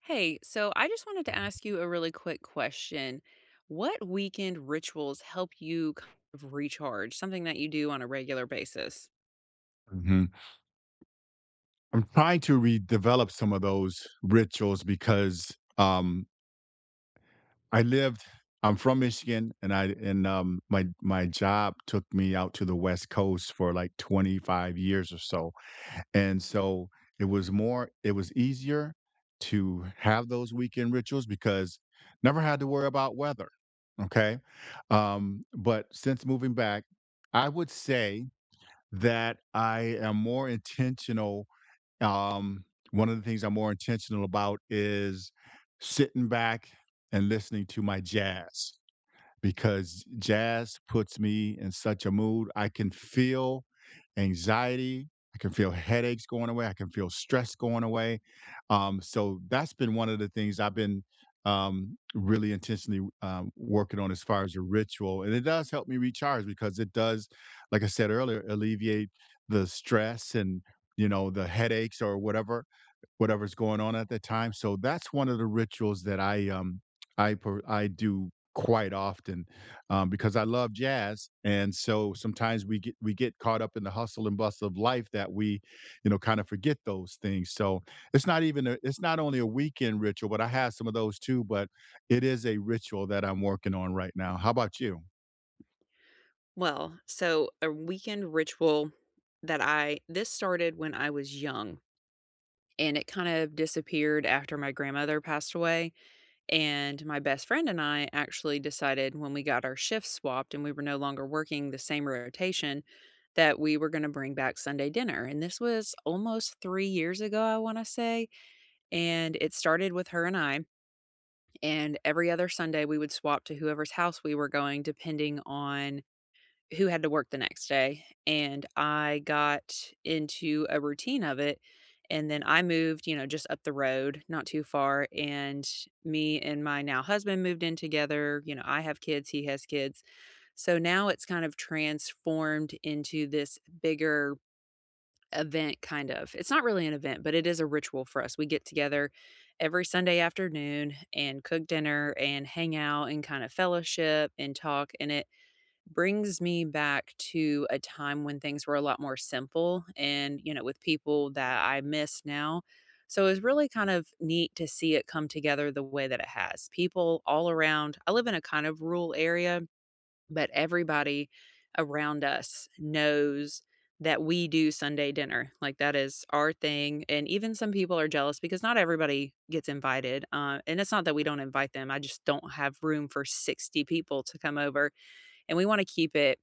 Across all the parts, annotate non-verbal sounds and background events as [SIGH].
Hey, so I just wanted to ask you a really quick question. What weekend rituals help you kind of recharge, something that you do on a regular basis? Mhm. I'm trying to redevelop some of those rituals because, I lived I'm from Michigan, and my job took me out to the West Coast for, like, 25 years or so. And so it was easier to have those weekend rituals because never had to worry about weather. Okay. But since moving back, I would say that I am more intentional. Um, One of the things I'm more intentional about is sitting back and listening to my jazz because jazz puts me in such a mood. I can feel anxiety. I can feel headaches going away. I can feel stress going away. So that's been one of the things I've been really intentionally working on as far as a ritual. And it does help me recharge because it does, like I said earlier, alleviate the stress and, you know, the headaches or whatever's going on at the time. So that's one of the rituals that I do quite often because I love jazz, and so sometimes we get caught up in the hustle and bustle of life that we, you know, kind of forget those things. So it's not only a weekend ritual, but I have some of those too. But it is a ritual that I'm working on right now. How about you? Well, so a weekend ritual that I this started when I was young, and it kind of disappeared after my grandmother passed away. And my best friend and I actually decided, when we got our shifts swapped and we were no longer working the same rotation, that we were going to bring back Sunday dinner. And this was almost 3 years ago, I want to say. And it started with her and I. And every other Sunday, we would swap to whoever's house we were going, depending on who had to work the next day, and I got into a routine of it, and then I moved, you know, just up the road, not too far, and me and my now husband moved in together. You know, I have kids, he has kids. So now it's kind of transformed into this bigger event kind of. It's not really an event, but it is a ritual for us. We get together every Sunday afternoon and cook dinner and hang out and kind of fellowship and talk, and it brings me back to a time when things were a lot more simple and, you know, with people that I miss now. So it's really kind of neat to see it come together the way that it has. People all around, I live in a kind of rural area, but everybody around us knows that we do Sunday dinner. Like, that is our thing. And even some people are jealous because not everybody gets invited. And it's not that we don't invite them, I just don't have room for 60 people to come over, and we want to keep it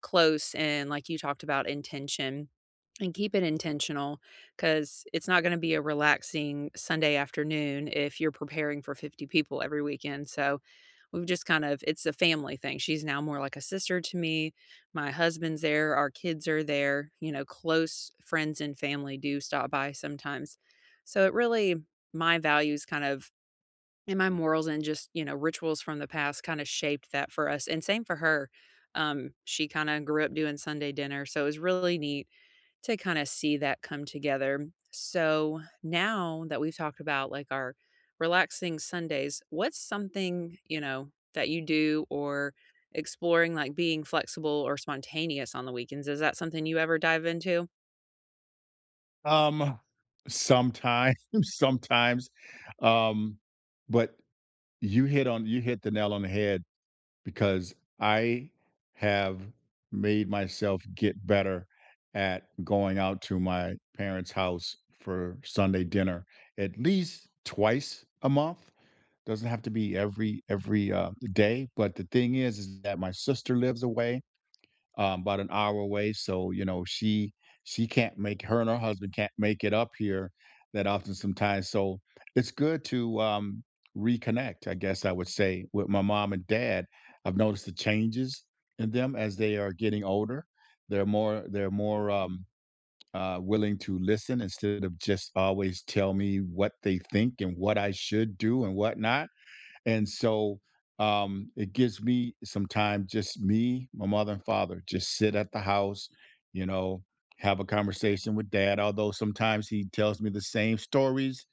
close, and like you talked about intention, and keep it intentional, because it's not going to be a relaxing Sunday afternoon if you're preparing for 50 people every weekend. So we've just kind of, it's a family thing. She's now more like a sister to me. My husband's there, our kids are there, you know, close friends and family do stop by sometimes. So it really, my values kind of, and my morals, and just, you know, rituals from the past kinda shaped that for us, and same for her. She kinda grew up doing Sunday dinner, so it was really neat to kinda see that come together. So, now that we've talked about, like, our relaxing Sundays, what's something, you know, that you do, or exploring, like, being flexible or spontaneous on the weekends? Is that something you ever dive into? Um, Sometimes, [LAUGHS] sometimes, um, but you hit the nail on the head. Because I have made myself get better at going out to my parents' house for Sunday dinner at least twice a month. Doesn't have to be every day, but the thing is that my sister lives away, about an hour away. So you know, she can't make her husband can't make it up here that often sometimes. So it's good to reconnect. I guess I would say with my mom and dad, I've noticed the changes in them as they are getting older. They're more willing to listen instead of just always tell me what they think and what I should do and whatnot, and so it gives me some time, just me, my mother and father, just sit at the house, you know, have a conversation with dad. Although sometimes he tells me the same stories,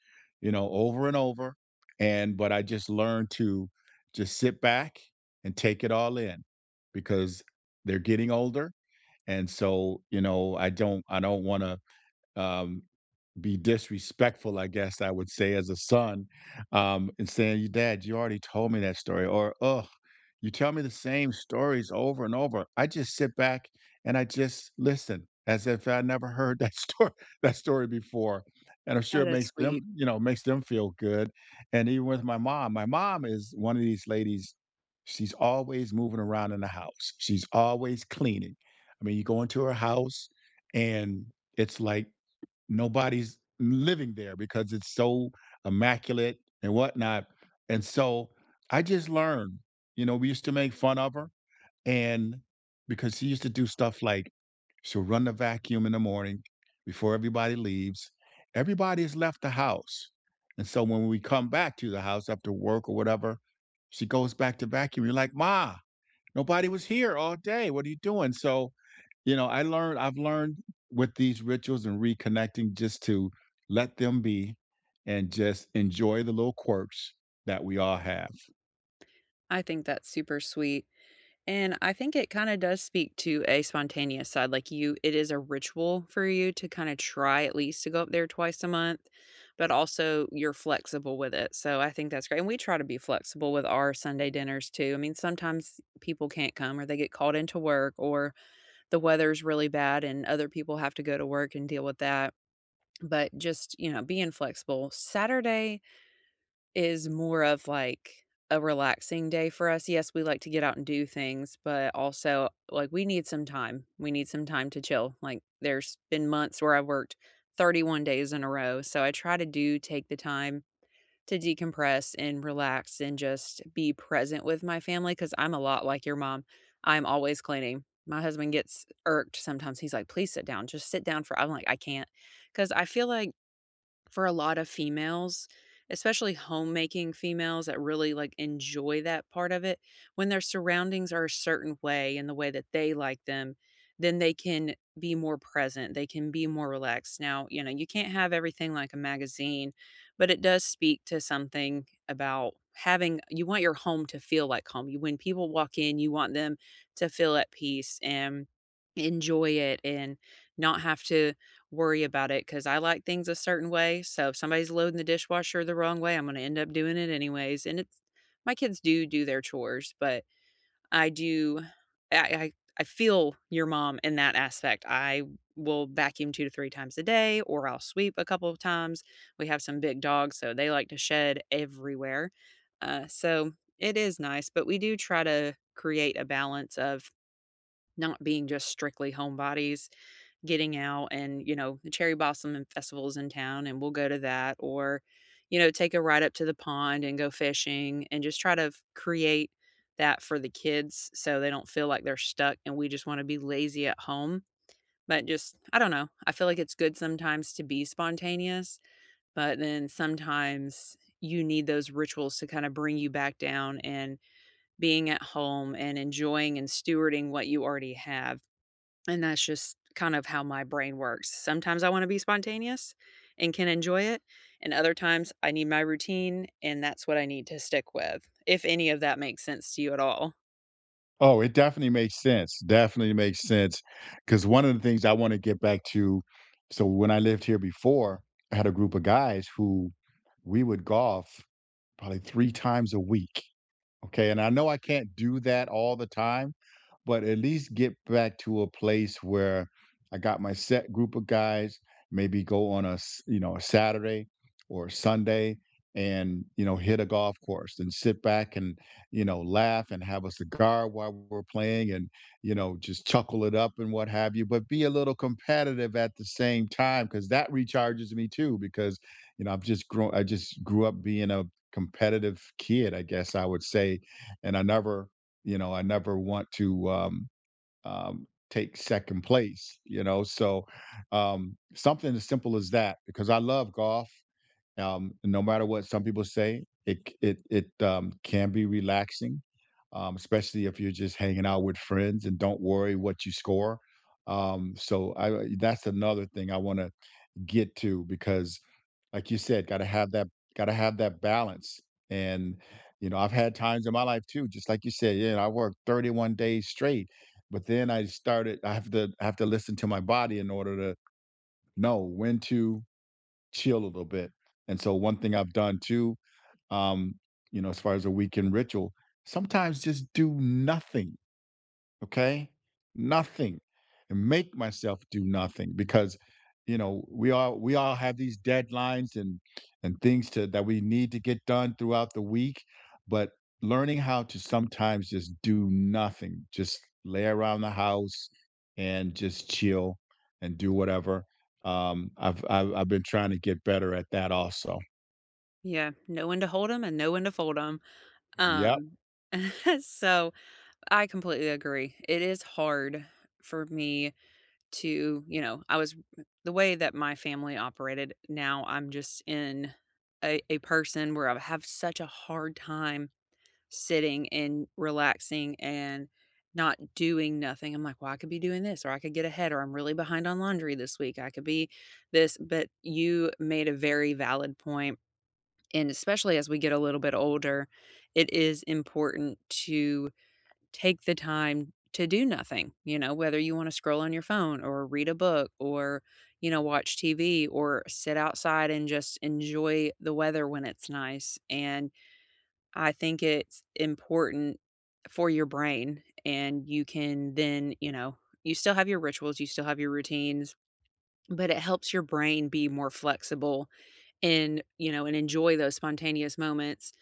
you know, over and over. And but I just learned to just sit back and take it all in because they're getting older. And so, you know, I don't want to um be disrespectful, I guess I would say as a son, and saying, "You dad, you already told me that story," or "Oh, you tell me the same stories over and over." I just sit back and I just listen as if I never heard that [LAUGHS] story that story before, and I'm sure Oh, it that's makes them, sweet. you know, makes them feel good. And even with my mom is one of these ladies. She's always moving around in the house. She's always cleaning. I mean, you go into her house and it's like nobody's living there because it's so immaculate and whatnot. And so I just learned, you know, we used to make fun of her, and because she used to do stuff like she'll run the vacuum in the morning before everybody leaves. Everybody has left the house. And so when we come back to the house after work or whatever, she goes back to vacuum. You're like, Ma, nobody was here all day. What are you doing? So, you know, I've learned with these rituals and reconnecting just to let them be and just enjoy the little quirks that we all have. I think that's super sweet. And I think it kinda does speak to a spontaneous side, like, you, it is a ritual for you to kinda try at least to go up there twice a month, but also you're flexible with it, so I think that's great, and we try to be flexible with our Sunday dinners too. I mean, sometimes people can't come or they get called into work, or the weather's really bad and other people have to go to work and deal with that, but just, you know, being flexible. Saturday is more of like a relaxing day for us. Yes, we like to get out and do things, but also, like, we need some time. We need some time to chill. Like, there's been months where I worked 31 days in a row. So I try to do take the time to decompress and relax and just be present with my family, because I'm a lot like your mom. I'm always cleaning. My husband gets irked sometimes. He's like, please sit down, just sit down for. I'm like, I can't, because I feel like, for a lot of females, especially homemaking females that really, like, enjoy that part of it, when their surroundings are a certain way and the way that they like them, then they can be more present, they can be more relaxed. Now, you know, you can't have everything like a magazine, but it does speak to something about having, you want your home to feel like home. You, when people walk in, you want them to feel at peace and enjoy it and not have to worry about it, because I like things a certain way. So if somebody's loading the dishwasher the wrong way, I'm gonna end up doing it anyways, and it's, my kids do do their chores, but I do I I feel your mom in that aspect. I will vacuum 2 to 3 times a day, or I'll sweep a couple of times. We have some big dogs, so they like to shed everywhere. So it is nice, but we do try to create a balance of not being just strictly homebodies, getting out and, you know, the cherry blossom and festivals in town, and we'll go to that, or, you know, take a ride up to the pond and go fishing, and just try to create that for the kids so they don't feel like they're stuck and we just want to be lazy at home. But just, I don't know, I feel like it's good sometimes to be spontaneous, but then sometimes you need those rituals to kind of bring you back down, and being at home and enjoying and stewarding what you already have. And that's just kind of how my brain works. Sometimes I wanna be spontaneous and can enjoy it, and other times I need my routine, and that's what I need to stick with, if any of that makes sense to you at all. Oh, it definitely makes sense. Definitely makes sense. Cause one of the things I want to get back to, so when I lived here before, I had a group of guys who we would golf probably three times a week. Okay, and I know I can't do that all the time, but at least get back to a place where I got my set group of guys, maybe go on you know, a Saturday or a Sunday and, you know, hit a golf course and sit back and, you know, laugh and have a cigar while we're playing and, you know, just chuckle it up and what have you, but be a little competitive at the same time because that recharges me too because, you know, I just grew up being a competitive kid, I guess I would say, and I never, you know, I never want to take second place, you know. So something as simple as that, because I love golf. No matter what some people say, it c- it can be relaxing, especially if you're just hanging out with friends and don't worry what you score. So I that's another thing I want to get to because like you said, gotta have that balance, and, you know, I've had times in my life too, just like you said, yeah, I worked 31 days straight, but then I have to listen to my body in order to know when to chill a little bit, and so one thing I've done too, um, you know, as far as a weekend ritual, sometimes just do nothing. Okay? Nothing. And make myself do nothing because, you know, we all have these deadlines and things to that we need to get done throughout the week, but learning how to sometimes just do nothing, just lay around the house and just chill and do whatever. I've been trying to get better at that also. Yeah, know when to hold them and know when to fold them. Yep. Um, [LAUGHS] so I completely agree. It is hard for me to, you know, I was, the way that my family operated, now I'm just in a person where I have such a hard time sitting and relaxing and not doing nothing. I'm like, well, I could be doing this, or I could get ahead, or I'm really behind on laundry this week, I could be this. But you made a very valid point, and especially as we get a little bit older, it is important to take the time to do nothing, you know, whether you want to scroll on your phone or read a book, or, you know, watch TV or sit outside and just enjoy the weather when it's nice. And I think it's important for your brain. And you can then, you know, you still have your rituals, you still have your routines, but it helps your brain be more flexible and, you know, and enjoy those spontaneous moments,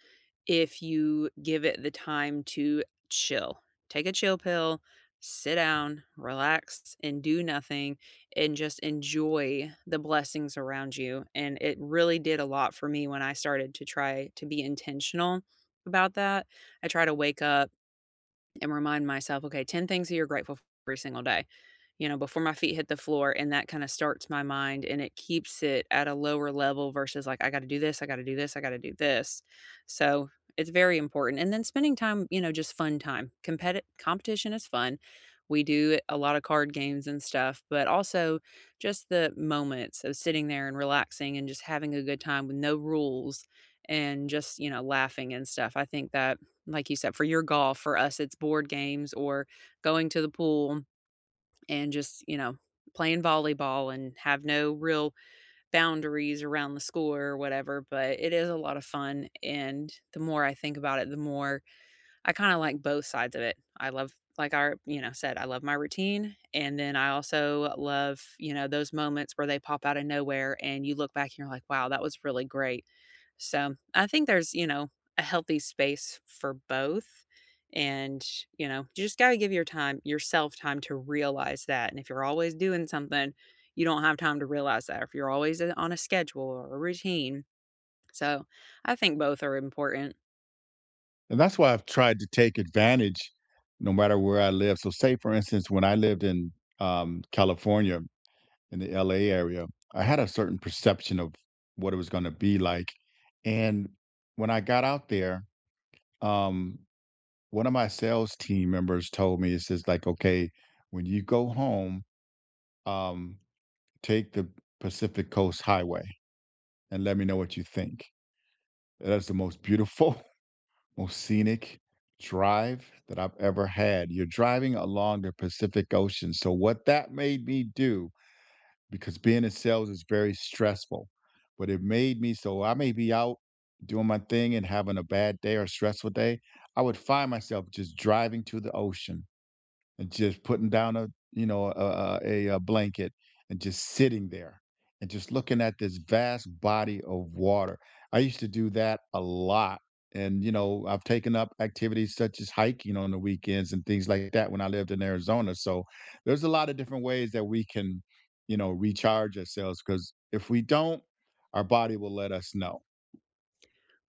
if you give it the time to chill. Take a chill pill, sit down, relax, and do nothing, and just enjoy the blessings around you. And it really did a lot for me when I started to try to be intentional about that. I try to wake up and remind myself, okay, 10 things that you're grateful for every single day, you know, before my feet hit the floor. And that kind of starts my mind and it keeps it at a lower level versus like, I got to do this, I got to do this, I got to do this. So it's very important. And then spending time, you know, just fun time. Competition is fun. We do a lot of card games and stuff, but also just the moments of sitting there and relaxing and just having a good time with no rules and just, you know, laughing and stuff. I think that, like you said, for your golf, for us, it's board games or going to the pool and just, you know, playing volleyball and have no real boundaries around the score or whatever, but it is a lot of fun, and the more I think about it, the more I kinda like both sides of it. I love, like, I, you know, said, I love my routine, and then I also love, you know, those moments where they pop out of nowhere and you look back and you're like, "Wow, that was really great." So, I think there's, you know, a healthy space for both, and, you know, you just gotta give your time, yourself time, to realize that, and if you're always doing something, you don't have time to realize that, if you're always, on a schedule or a routine. So, I think both are important. And that's why I've tried to take advantage no matter where I live. So say for instance, when I lived in California, in the LA area, I had a certain perception of what it was going to be like. And when I got out there, um, one of my sales team members told me, it says like, okay, when you go home, um, take the Pacific Coast Highway and let me know what you think. That's the most beautiful, most scenic drive that I've ever had. You're driving along the Pacific Ocean. So, what that made me do, because being in sales is very stressful, but it made me so I may be out doing my thing and having a bad day or stressful day. I would find myself just driving to the ocean and just putting down a you know a blanket and just sitting there and just looking at this vast body of water. I used to do that a lot, and you know, I've taken up activities such as hiking on the weekends and things like that when I lived in Arizona. So there's a lot of different ways that we can, you know, recharge ourselves, because if we don't, our body will let us know.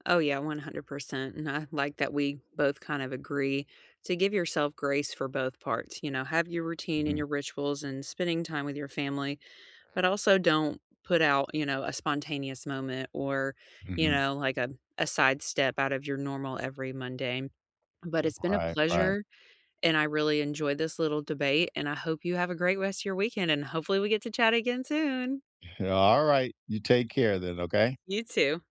Oh, yeah, 100%. And I like that we both kind of agree to give yourself grace for both parts. You know, have your routine and Hmm. your rituals and spending time with your family, but also don't put out, you know, a spontaneous moment, or, you Hmm. know, like a sidestep out of your normal every Monday. But it's been a Right, right. pleasure. And I really enjoyed this little debate. And I hope you have a great rest of your weekend. And hopefully we get to chat again soon. All right, you take care then. Okay. You too.